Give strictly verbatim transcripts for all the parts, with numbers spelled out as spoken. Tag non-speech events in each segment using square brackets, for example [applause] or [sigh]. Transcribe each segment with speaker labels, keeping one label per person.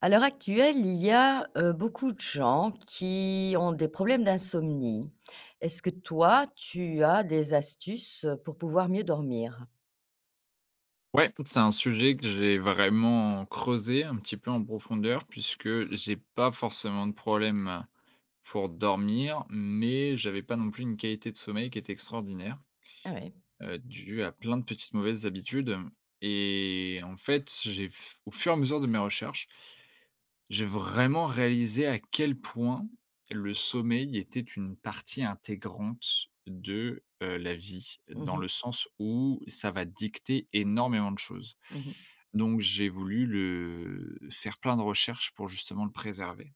Speaker 1: À l'heure actuelle, il y a, heu, beaucoup de gens qui ont des problèmes d'insomnie. Est-ce que toi, tu as des astuces, heu, pour pouvoir mieux dormir?
Speaker 2: Ouais, c'est un sujet que j'ai vraiment creusé un petit peu en profondeur puisque j'ai pas forcément de problème pour dormir, mais j'avais pas non plus une qualité de sommeil qui était extraordinaire,
Speaker 1: Ah ouais.
Speaker 2: heu, due à plein de petites mauvaises habitudes. Et en fait, j'ai f au fur et à mesure de mes recherches, j'ai vraiment réalisé à quel point le sommeil était une partie intégrante de, heu, la vie,
Speaker 1: Mmh
Speaker 2: dans
Speaker 1: mh.
Speaker 2: le sens où ça va dicter énormément de choses.
Speaker 1: Mmh.
Speaker 2: Donc j'ai voulu le faire plein de recherches pour justement le préserver.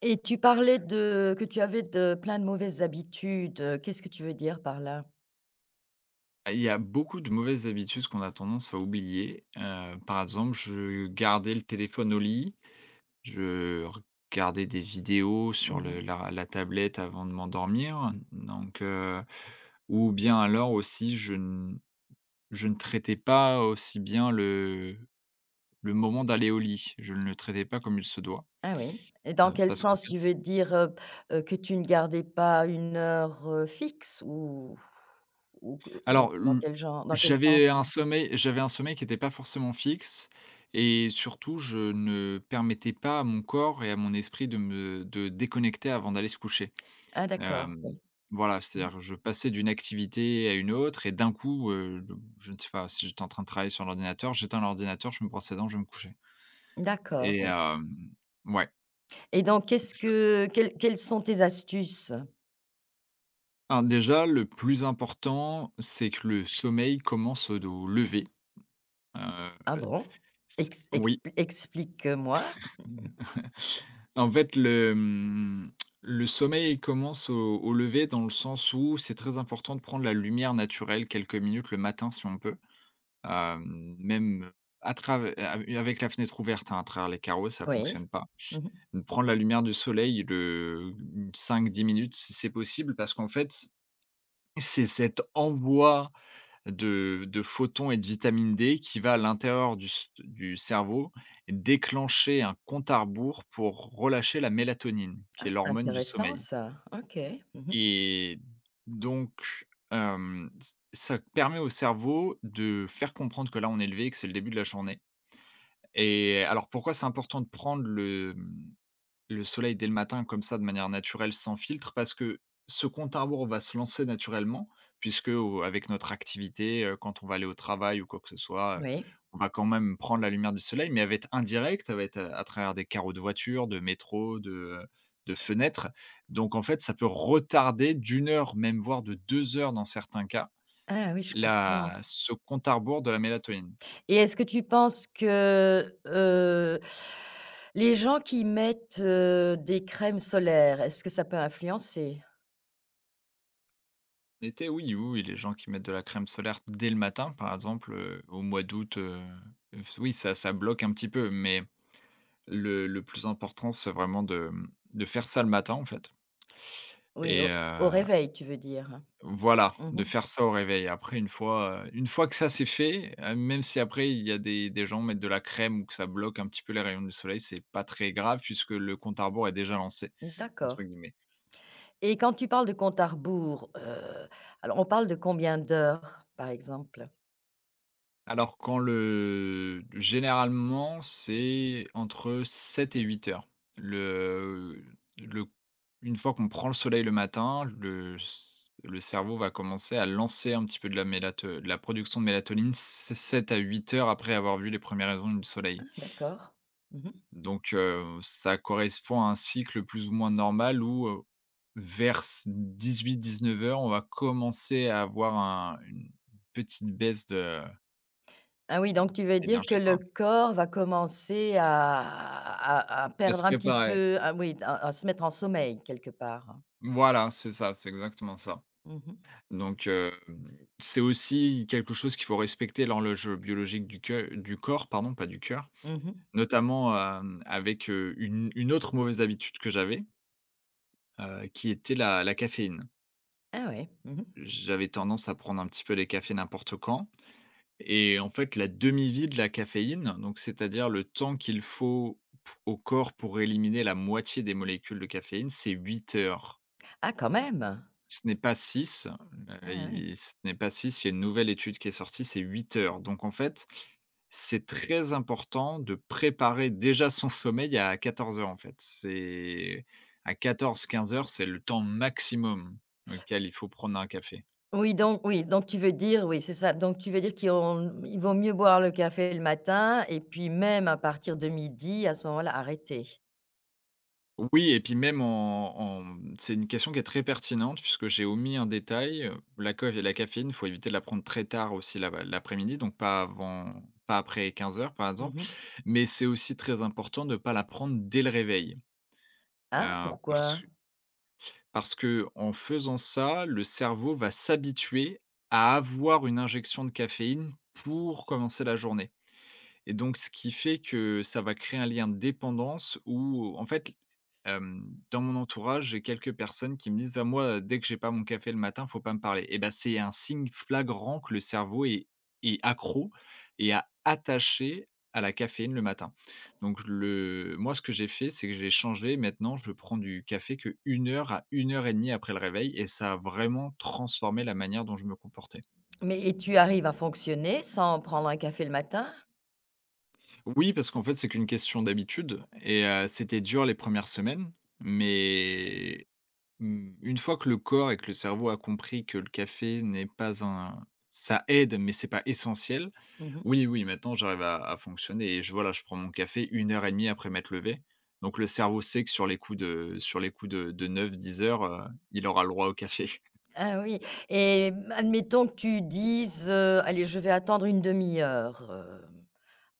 Speaker 1: Et tu parlais de que tu avais de plein de mauvaises habitudes, heu, qu'est-ce que tu veux dire par là?
Speaker 2: Ah, il y a beaucoup de mauvaises habitudes qu'on a tendance à oublier. Heu, par exemple, je gardais le téléphone au lit, je regardais des vidéos sur
Speaker 1: Mmh.
Speaker 2: le la la tablette avant de m'endormir, donc. Ou bien alors aussi je n je ne traitais pas aussi bien le le moment d'aller au lit. Je ne le traitais pas comme il se doit,
Speaker 1: Ah oui. Et
Speaker 2: heu,
Speaker 1: dans quel
Speaker 2: parce qu'en
Speaker 1: sens?
Speaker 2: fait
Speaker 1: Tu veux dire, heu heu, que tu ne gardais pas une heure, heu, fixe ou ou que dans
Speaker 2: alors,
Speaker 1: dans
Speaker 2: l
Speaker 1: quel genre dans quel sens
Speaker 2: j'avais un
Speaker 1: là?
Speaker 2: sommeil j'avais un sommeil qui n'était pas forcément fixe, et surtout je ne permettais pas à mon corps et à mon esprit de me de déconnecter avant d'aller se coucher.
Speaker 1: Ah d'accord,
Speaker 2: Hem,
Speaker 1: oui.
Speaker 2: voilà,
Speaker 1: Mmh.
Speaker 2: c'est-à-dire que je passais d'une activité à une autre et d'un coup, heu, je ne sais pas, si j'étais en train de travailler sur l'ordinateur, j'éteins l'ordinateur, je me brosse les dents, je me couchais. Et
Speaker 1: D'accord.
Speaker 2: hem, ouais,
Speaker 1: Et donc qu'est-ce
Speaker 2: ça.
Speaker 1: que quelles quelles sont tes astuces?
Speaker 2: Alors déjà, le plus important, c'est que le sommeil commence au lever, heu,
Speaker 1: Ah bon?
Speaker 2: c
Speaker 1: Ex
Speaker 2: oui.
Speaker 1: expli Explique-moi.
Speaker 2: [laughs] En fait, le, mmh, le sommeil commence au au lever, dans le sens où c'est très important de prendre la lumière naturelle quelques minutes le matin si on peut. Hem, même à travers avec la fenêtre ouverte, hein, à travers les carreaux, ça
Speaker 1: Oui.
Speaker 2: fonctionne pas.
Speaker 1: Mmh.
Speaker 2: Prendre la lumière du soleil, le mmh, cinq dix minutes si c'est possible, parce qu'en fait c'est cet envoi de de photons et de vitamine D qui va à l'intérieur du c du cerveau déclencher un compte à rebours pour relâcher la mélatonine,
Speaker 1: Ah,
Speaker 2: qui est
Speaker 1: c'est
Speaker 2: l'hormone du
Speaker 1: intéressant
Speaker 2: sommeil.
Speaker 1: ça. OK. Mmh.
Speaker 2: Et donc hem, ça permet au cerveau de faire comprendre que là, on est levé, que c'est le début de la journée. Et alors pourquoi c'est important de prendre le, mmh le soleil dès le matin comme ça, de manière naturelle sans filtre, parce que ce compte à rebours va se lancer naturellement, puisque au avec notre activité, heu, quand on va aller au travail ou quoi que ce soit, heu,
Speaker 1: Oui.
Speaker 2: on va quand même prendre la lumière du soleil, mais elle va être indirecte, elle va être, heu, à travers des carreaux de voiture, de métro, de, de fenêtres. Donc en fait, ça peut retarder d'une heure, même voire de deux heures dans certains cas,
Speaker 1: Ah oui, je comprends.
Speaker 2: la ce compte à rebours de la mélatonine.
Speaker 1: Et est-ce que tu penses que, heu, les gens qui mettent, heu, des crèmes solaires, est-ce que ça peut influencer?
Speaker 2: L'été, oui, oui, oui, les gens qui mettent de la crème solaire dès le matin, par exemple, heu, au mois d'août, heu, f oui, ça ça bloque un petit peu, mais le le plus important, c'est vraiment de, mmh, de faire ça le matin, en fait.
Speaker 1: Oui,
Speaker 2: Et
Speaker 1: au au
Speaker 2: heu,
Speaker 1: réveil, tu veux dire?
Speaker 2: voilà,
Speaker 1: Mmh.
Speaker 2: de faire ça au réveil. Après une fois, heu, une fois que ça c'est fait, heu, même si après il y a des des gens mettent de la crème ou que ça bloque un petit peu les rayons du soleil, c'est pas très grave puisque le compte à rebours est déjà lancé,
Speaker 1: D'accord.
Speaker 2: entre guillemets.
Speaker 1: Et quand tu parles de compte à rebours, heu, alors on parle de combien d'heures, par exemple?
Speaker 2: Alors quand le généralement, c'est entre sept et huit heures. Le le Une fois qu'on prend le soleil le matin, le c le cerveau va commencer à lancer un petit peu de la mélato de la production de mélatonine sept à huit heures après avoir vu les premières rayons du soleil.
Speaker 1: D'accord. Mmh.
Speaker 2: Donc heu, ça correspond à un cycle plus ou moins normal où, heu, vers dix-huit dix-neuf heures, on va commencer à avoir un une petite baisse de
Speaker 1: Ah oui, donc tu veux dire que
Speaker 2: d'énergie,
Speaker 1: le
Speaker 2: quoi.
Speaker 1: corps va commencer à à à
Speaker 2: À se
Speaker 1: perdre un petit
Speaker 2: préparer.
Speaker 1: peu, ah oui, à à se mettre en sommeil quelque part?
Speaker 2: Voilà, c'est ça, c'est exactement ça.
Speaker 1: Mmh mh.
Speaker 2: Donc, hem, c'est aussi quelque chose qu'il faut respecter, l'horloge biologique du cœur, du corps, pardon, pas du cœur.
Speaker 1: Mmh.
Speaker 2: Notamment, hem, avec, heu, une une autre mauvaise habitude que j'avais, heu, qui était la la caféine.
Speaker 1: Ah oui. Mmh.
Speaker 2: J'avais tendance à prendre un petit peu les cafés n'importe quand, et en fait, la demi-vie de la caféine, donc c'est-à-dire le temps qu'il faut p au corps pour éliminer la moitié des molécules de caféine, c'est huit heures.
Speaker 1: Ah quand même!
Speaker 2: Ce n'est pas six. Heu,
Speaker 1: Ah oui.
Speaker 2: il Ce n'est pas six. Il y a une nouvelle étude qui est sortie, c'est huit heures. Donc en fait, c'est très important de préparer déjà son [laughs] sommeil à quatorze heures en fait. C'est à quatorze quinze heures, c'est le temps maximum auquel il faut prendre un café.
Speaker 1: Oui donc oui, donc tu veux dire, oui, c'est ça, donc tu veux dire qu'ils ont il vaut mieux boire le café le matin et puis même à partir de midi à ce moment-là, arrêter?
Speaker 2: Oui, et puis même en en, mmh, c'est une question qui est très pertinente puisque j'ai omis un détail, heu, la coff la caféine, il faut éviter de la prendre très tard aussi la l'après-midi, donc pas avant pas après quinze heures, par exemple.
Speaker 1: Mmh.
Speaker 2: Mais c'est aussi très important de ne pas la prendre dès le réveil,
Speaker 1: Ah
Speaker 2: heu, parce
Speaker 1: pourquoi?
Speaker 2: que parce qu'en faisant ça, le cerveau va s'habituer à avoir une injection de caféine pour commencer la journée. Et donc ce qui fait que ça va créer un lien de dépendance où en fait, hem, dans mon entourage, j'ai quelques personnes qui me disent: à moi, dès que j'ai pas mon café le matin, faut pas me parler» et ben, c'est un signe flagrant que le cerveau est est accro et a attaché à la caféine le matin. Donc le moi, ce que j'ai fait, c'est que j'ai changé. Maintenant, je prends du café que une heure à une heure et demie après le réveil et ça a vraiment transformé la manière dont je me comportais.
Speaker 1: Mais et tu arrives à fonctionner sans prendre un café le matin?
Speaker 2: Oui, parce qu'en fait, c'est qu'une question d'habitude et heu, c'était dur les premières semaines, mais mmh, une fois que le corps et que le cerveau a compris que le café n'est pas un ça aide, mais c'est pas essentiel.
Speaker 1: Mmh.
Speaker 2: Oui, oui, maintenant j'arrive à à fonctionner et je voilà, je prends mon café une heure et demie après m'être levé. Donc le cerveau sait que sur les coups de sur les coups de de neuf dix heures, heu, il aura le droit au café.
Speaker 1: Ah oui. Et mmh, admettons que tu dises, heu: «Allez, je vais attendre une demi heure», hem,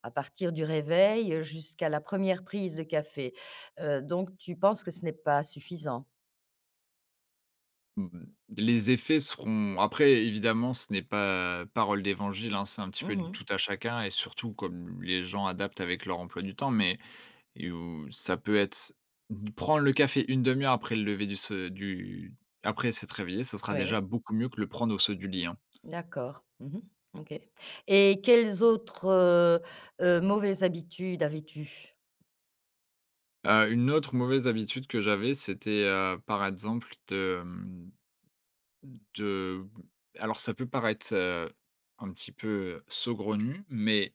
Speaker 1: à partir du réveil, jusqu'à la première prise de café. Heu, donc tu penses que ce n'est pas suffisant?
Speaker 2: Mmh, les effets seront après, évidemment ce n'est pas parole d'évangile, hein, c'est un petit peu du
Speaker 1: Mmh.
Speaker 2: tout à chacun et surtout comme les gens adaptent avec leur emploi du temps, mais et où ça peut être, mmh, prendre le café une demi heure après le lever du se du après s'être réveillé, ça sera
Speaker 1: Oui,
Speaker 2: déjà beaucoup mieux que le prendre au saut du lit, hein.
Speaker 1: d'accord. Mmh. OK. Et quelles autres, heu heu, mauvaises habitudes avais-tu?
Speaker 2: Heu, une autre mauvaise habitude que j'avais, c'était, heu, par exemple de, mmh, de alors ça peut paraître, heu, un petit peu, heu, saugrenu, mais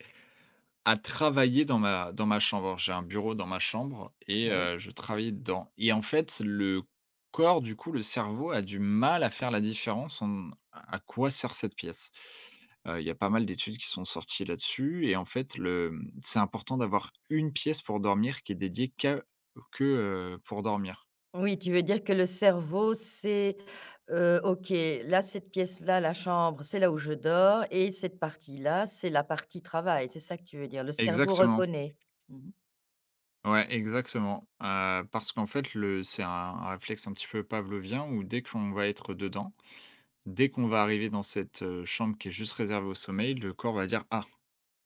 Speaker 2: à travailler dans ma dans ma chambre. J'ai un bureau dans ma chambre et
Speaker 1: Oui.
Speaker 2: heu, je travaillais dedans et en fait, le corps, du coup, le cerveau a du mal à faire la différence en à quoi sert cette pièce. Heu, il y a pas mal d'études qui sont sorties là-dessus et en fait, le, mmh, c'est important d'avoir une pièce pour dormir qui est dédiée qu'à que, heu, pour dormir.
Speaker 1: Oui, tu veux dire que le cerveau, c'est, heu, OK, là, cette pièce-là, la chambre, c'est là où je dors et cette partie-là, c'est la partie travail. C'est ça que tu veux dire? Le cerveau
Speaker 2: Exactement.
Speaker 1: reconnaît? Mmh mh.
Speaker 2: Ouais, exactement, heu, parce qu'en fait, le c'est un un réflexe un petit peu pavlovien où dès qu'on va être dedans. Dès qu'on va arriver dans cette, heu, chambre qui est juste réservée au sommeil, le corps va dire: «Ah,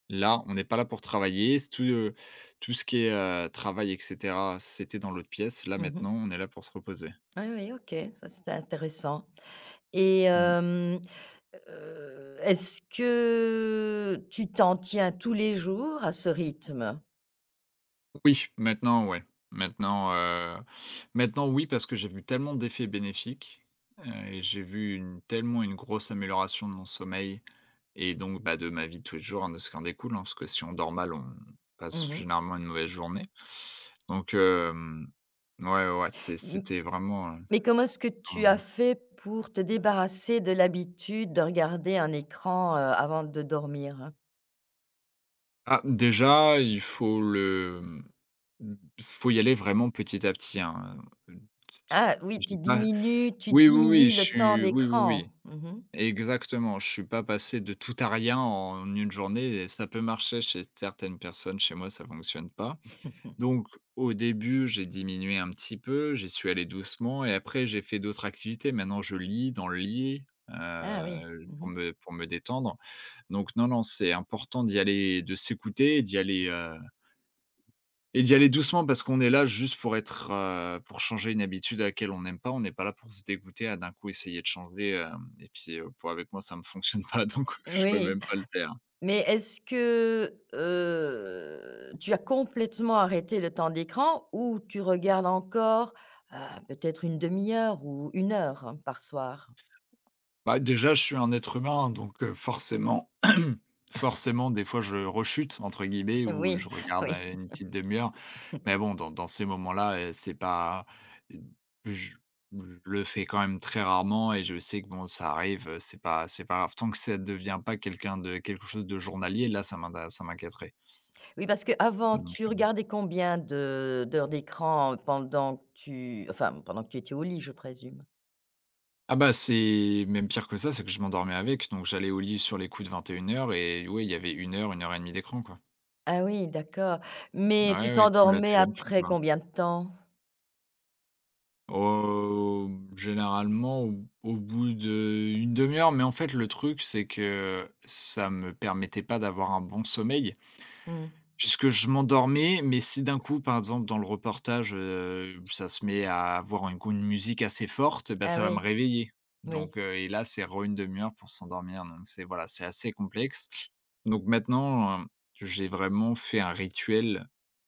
Speaker 2: là, on n'est pas là pour travailler, s tout, heu, tout ce qui est, heu, travail et cetera, c'était dans l'autre pièce. Là,
Speaker 1: Mmh.
Speaker 2: maintenant, on est là pour se reposer».
Speaker 1: Oui, oui, OK, ça, c'est intéressant. Et
Speaker 2: Mmh.
Speaker 1: hem, heu, est-ce que tu t'en tiens tous les jours à ce rythme?
Speaker 2: Oui, maintenant, ouais. Maintenant, heu, maintenant, oui, parce que j'ai vu tellement d'effets bénéfiques, heu et j'ai vu une tellement une grosse amélioration de mon sommeil. Et donc, bah, de ma vie de tous les jours, hein, de ce qui en découle, hein, parce que si on dort mal, on passe
Speaker 1: Mmh.
Speaker 2: généralement une mauvaise journée. Donc, hem, ouais, ouais, ouais, c'est
Speaker 1: M
Speaker 2: c'était vraiment, heu,
Speaker 1: Mais comment est-ce que
Speaker 2: comment
Speaker 1: tu as
Speaker 2: dire?
Speaker 1: fait pour te débarrasser de l'habitude de regarder un écran, heu, avant de dormir?
Speaker 2: Ah, déjà, il faut le, mmh, mmh, faut y aller vraiment petit à petit, hein,
Speaker 1: Ah oui,
Speaker 2: j'ai
Speaker 1: tu
Speaker 2: pas
Speaker 1: diminues tu
Speaker 2: oui, oui, oui,
Speaker 1: diminues
Speaker 2: je
Speaker 1: le temps
Speaker 2: suis oui, oui,
Speaker 1: d'écran.
Speaker 2: oui,
Speaker 1: Mmh.
Speaker 2: exactement. Je suis pas passé de tout à rien en une journée et ça peut marcher chez certaines personnes, chez moi, ça fonctionne pas.
Speaker 1: [laughs]
Speaker 2: Donc au début, j'ai diminué un petit peu, j'y suis allé doucement et après j'ai fait d'autres activités. Maintenant, je lis dans le lit,
Speaker 1: Ah oui.
Speaker 2: heu, pour
Speaker 1: Mmh.
Speaker 2: me pour me détendre. Donc non, non, c'est important d'y aller, de s'écouter et d'y aller, heu et d'y aller doucement parce qu'on est là juste pour être, heu, pour changer une habitude à laquelle on n'aime pas. On n'est pas là pour se dégoûter, à d'un coup essayer de changer, hem et puis, heu, pour avec moi, ça ne me fonctionne [laughs] pas, donc je peux
Speaker 1: Oui,
Speaker 2: même pas le faire.
Speaker 1: mais est-ce que, heu, tu as complètement arrêté le temps d'écran ou tu regardes encore, heu, peut-être une demi heure ou une heure hein, par soir?
Speaker 2: Bah, déjà, je suis un être humain, donc heu, forcément [clears throat] forcément, des fois, je «rechute» entre guillemets
Speaker 1: Eh
Speaker 2: ou
Speaker 1: oui,
Speaker 2: je
Speaker 1: [laughs]
Speaker 2: regarde
Speaker 1: oui.
Speaker 2: à une petite demi heure. Mais bon, dans dans ces moments-là, heu, c'est pas je je le fais quand même très rarement et je sais que bon, ça arrive, heu, c'est pas c'est pas grave. Tant que ça ne devient pas quelqu'un de quelque chose de journalier, là, ça m'inté ça m'inquiéterait.
Speaker 1: Oui, parce qu'avant,
Speaker 2: Donc
Speaker 1: tu
Speaker 2: heu
Speaker 1: regardais combien de d'heures d'écran pendant que tu, enfin, pendant que tu étais au lit, je présume?
Speaker 2: ah bah, c'est même pire que ça, c'est que je m'endormais avec. Donc j'allais au lit sur les coups de vingt et une heures et ouais, il y avait une heure, une heure et demie d'écran, quoi.
Speaker 1: Ah oui, d'accord, mais tu
Speaker 2: Ouais, ouais, comme la
Speaker 1: t'endormais
Speaker 2: télé en
Speaker 1: après combien de temps?
Speaker 2: Heu, généralement au au bout d'une demi-heure, mais en fait le truc c'est que ça me permettait pas d'avoir un bon sommeil,
Speaker 1: Mmh.
Speaker 2: puisque je m'endormais, mais si d'un coup par exemple dans le reportage, heu, ça se met à avoir un une musique assez forte, bah,
Speaker 1: Ah
Speaker 2: ça va me
Speaker 1: oui,
Speaker 2: réveiller.
Speaker 1: oui,
Speaker 2: Donc, heu, et là c'est re une demi-heure pour s'endormir, donc c'est voilà, c'est assez complexe. Donc maintenant, heu, j'ai vraiment fait un rituel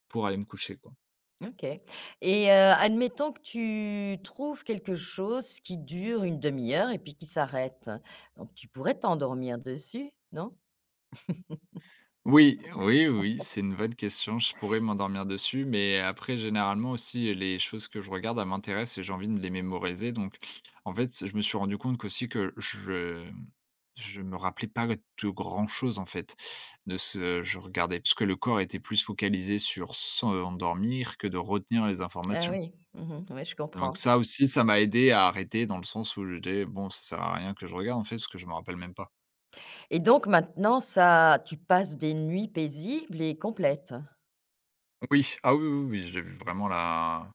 Speaker 2: pour aller me coucher, quoi.
Speaker 1: OK. Et heu, admettons que tu trouves quelque chose qui dure une demi heure et puis qui s'arrête. Donc tu pourrais t'endormir dessus, non?
Speaker 2: Oui, oui, oui, c'est une bonne question. Je pourrais m'endormir dessus, mais après, généralement aussi, les choses que je regarde, elles m'intéressent et j'ai envie de les mémoriser. Donc, en fait, je me suis rendu compte qu'aussi que je je me rappelais pas de grand-chose, en fait, de ce que je regardais, puisque le corps était plus focalisé sur s'endormir que de retenir les
Speaker 1: Ah
Speaker 2: informations.
Speaker 1: oui, mmh, ouais, je
Speaker 2: Donc
Speaker 1: comprends.
Speaker 2: ça aussi, ça m'a aidé à arrêter dans le sens où j'étais: «Bon, ça sert à rien que je regarde, en fait, parce que je me rappelle même pas».
Speaker 1: Et donc maintenant ça, tu passes des nuits paisibles et complètes?
Speaker 2: Oui, ah oui, oui, oui, j'ai vu vraiment la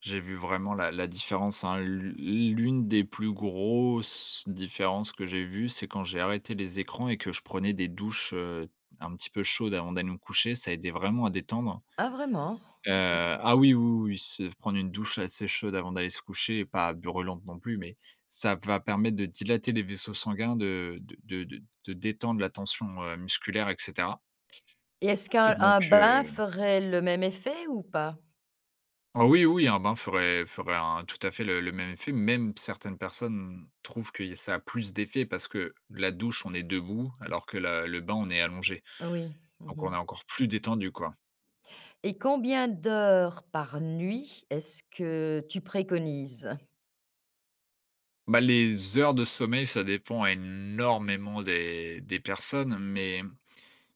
Speaker 2: j'ai vu vraiment la la différence, hein. L'u l'une des plus grosses différences que j'ai vues, c'est quand j'ai arrêté les écrans et que je prenais des douches, heu, un petit peu chaudes avant d'aller me coucher, ça aidait vraiment à détendre.
Speaker 1: Ah vraiment?
Speaker 2: Heu,
Speaker 1: OK.
Speaker 2: ah oui, oui, oui, oui, se prendre une douche assez chaude avant d'aller se coucher, pas brûlante non plus, mais ça va permettre de dilater les vaisseaux sanguins, de de de de de détendre la tension, heu, musculaire et cetera.
Speaker 1: Et est-ce qu'un
Speaker 2: Donc
Speaker 1: un bain ferait le même effet ou pas?
Speaker 2: ah oui, oui, un bain ferait ferait un tout à fait le le même effet. Même certaines personnes trouvent que ça a plus d'effet parce que la douche, on est debout, alors que la le bain, on est allongé.
Speaker 1: Oui,
Speaker 2: Donc on
Speaker 1: mmh.
Speaker 2: est encore plus détendu, quoi.
Speaker 1: Et combien d'heures par nuit est-ce que tu préconises?
Speaker 2: Bah, les heures de sommeil, ça dépend énormément des des personnes, mais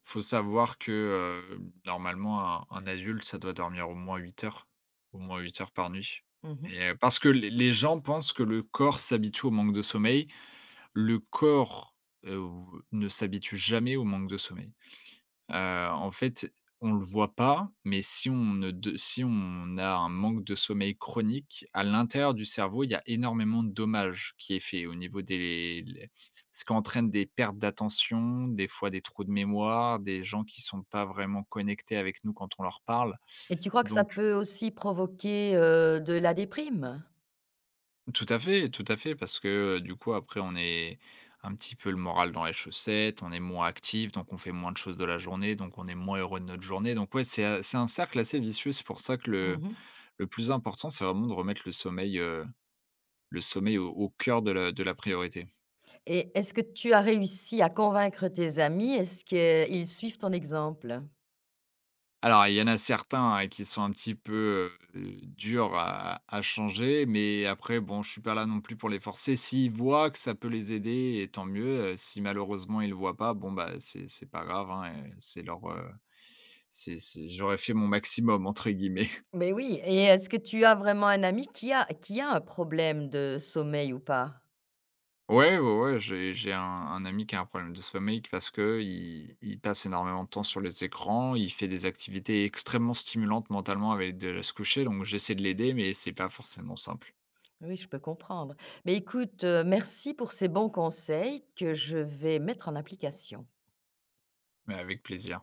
Speaker 2: faut savoir que, heu, normalement, un un adulte, ça doit dormir au moins huit heures, au moins huit heures par nuit et
Speaker 1: Mmh.
Speaker 2: heu, parce que les les gens pensent que le corps s'habitue au manque de sommeil le corps, heu, ne s'habitue jamais au manque de sommeil. Heu, en fait, on le voit pas, mais si on ne de si on a un manque de sommeil chronique, à l'intérieur du cerveau, il y a énormément de dommages qui est fait au niveau des les ce qui entraîne des pertes d'attention, des fois des trous de mémoire, des gens qui sont pas vraiment connectés avec nous quand on leur parle,
Speaker 1: Et tu crois que ça
Speaker 2: donc
Speaker 1: peut aussi provoquer, heu, de la déprime?
Speaker 2: tout à fait, tout à fait, parce que, heu, du coup, après, on est un petit peu le moral dans les chaussettes, on est moins actif, donc on fait moins de choses de la journée, donc on est moins heureux de notre journée. Donc ouais, c'est a c'est un cercle assez vicieux. C'est pour ça que le
Speaker 1: Mmh.
Speaker 2: le plus important, c'est vraiment de remettre le sommeil, heu, le sommeil au au cœur de la de la priorité.
Speaker 1: Et est-ce que tu as réussi à convaincre tes amis? Est-ce qu'ils suivent ton exemple?
Speaker 2: Alors, il y en a certains, heu, qui sont un petit peu, heu, durs à à changer, mais après bon, je suis pas là non plus pour les forcer. S'ils voient que ça peut les aider et tant mieux, heu, si malheureusement ils le voient pas, bon bah, c'est c'est pas grave, hein, heu, c'est leur, heu, c'est c'est «j'aurais fait mon maximum» entre guillemets. [laughs]
Speaker 1: Mais oui. Et est-ce que tu as vraiment un ami qui a qui a un problème de sommeil ou pas?
Speaker 2: Ouais, ouais, ouais, j'ai j'ai un un ami qui a un problème de sommeil q parce qu'il il il passe énormément de temps sur les écrans, il fait des activités extrêmement stimulantes mentalement avec de se coucher, donc j'essaie de l'aider, mais c'est pas forcément simple.
Speaker 1: Oui, je peux comprendre. Mais écoute, heu, merci pour ces bons conseils que je vais mettre en application.
Speaker 2: Mais avec plaisir.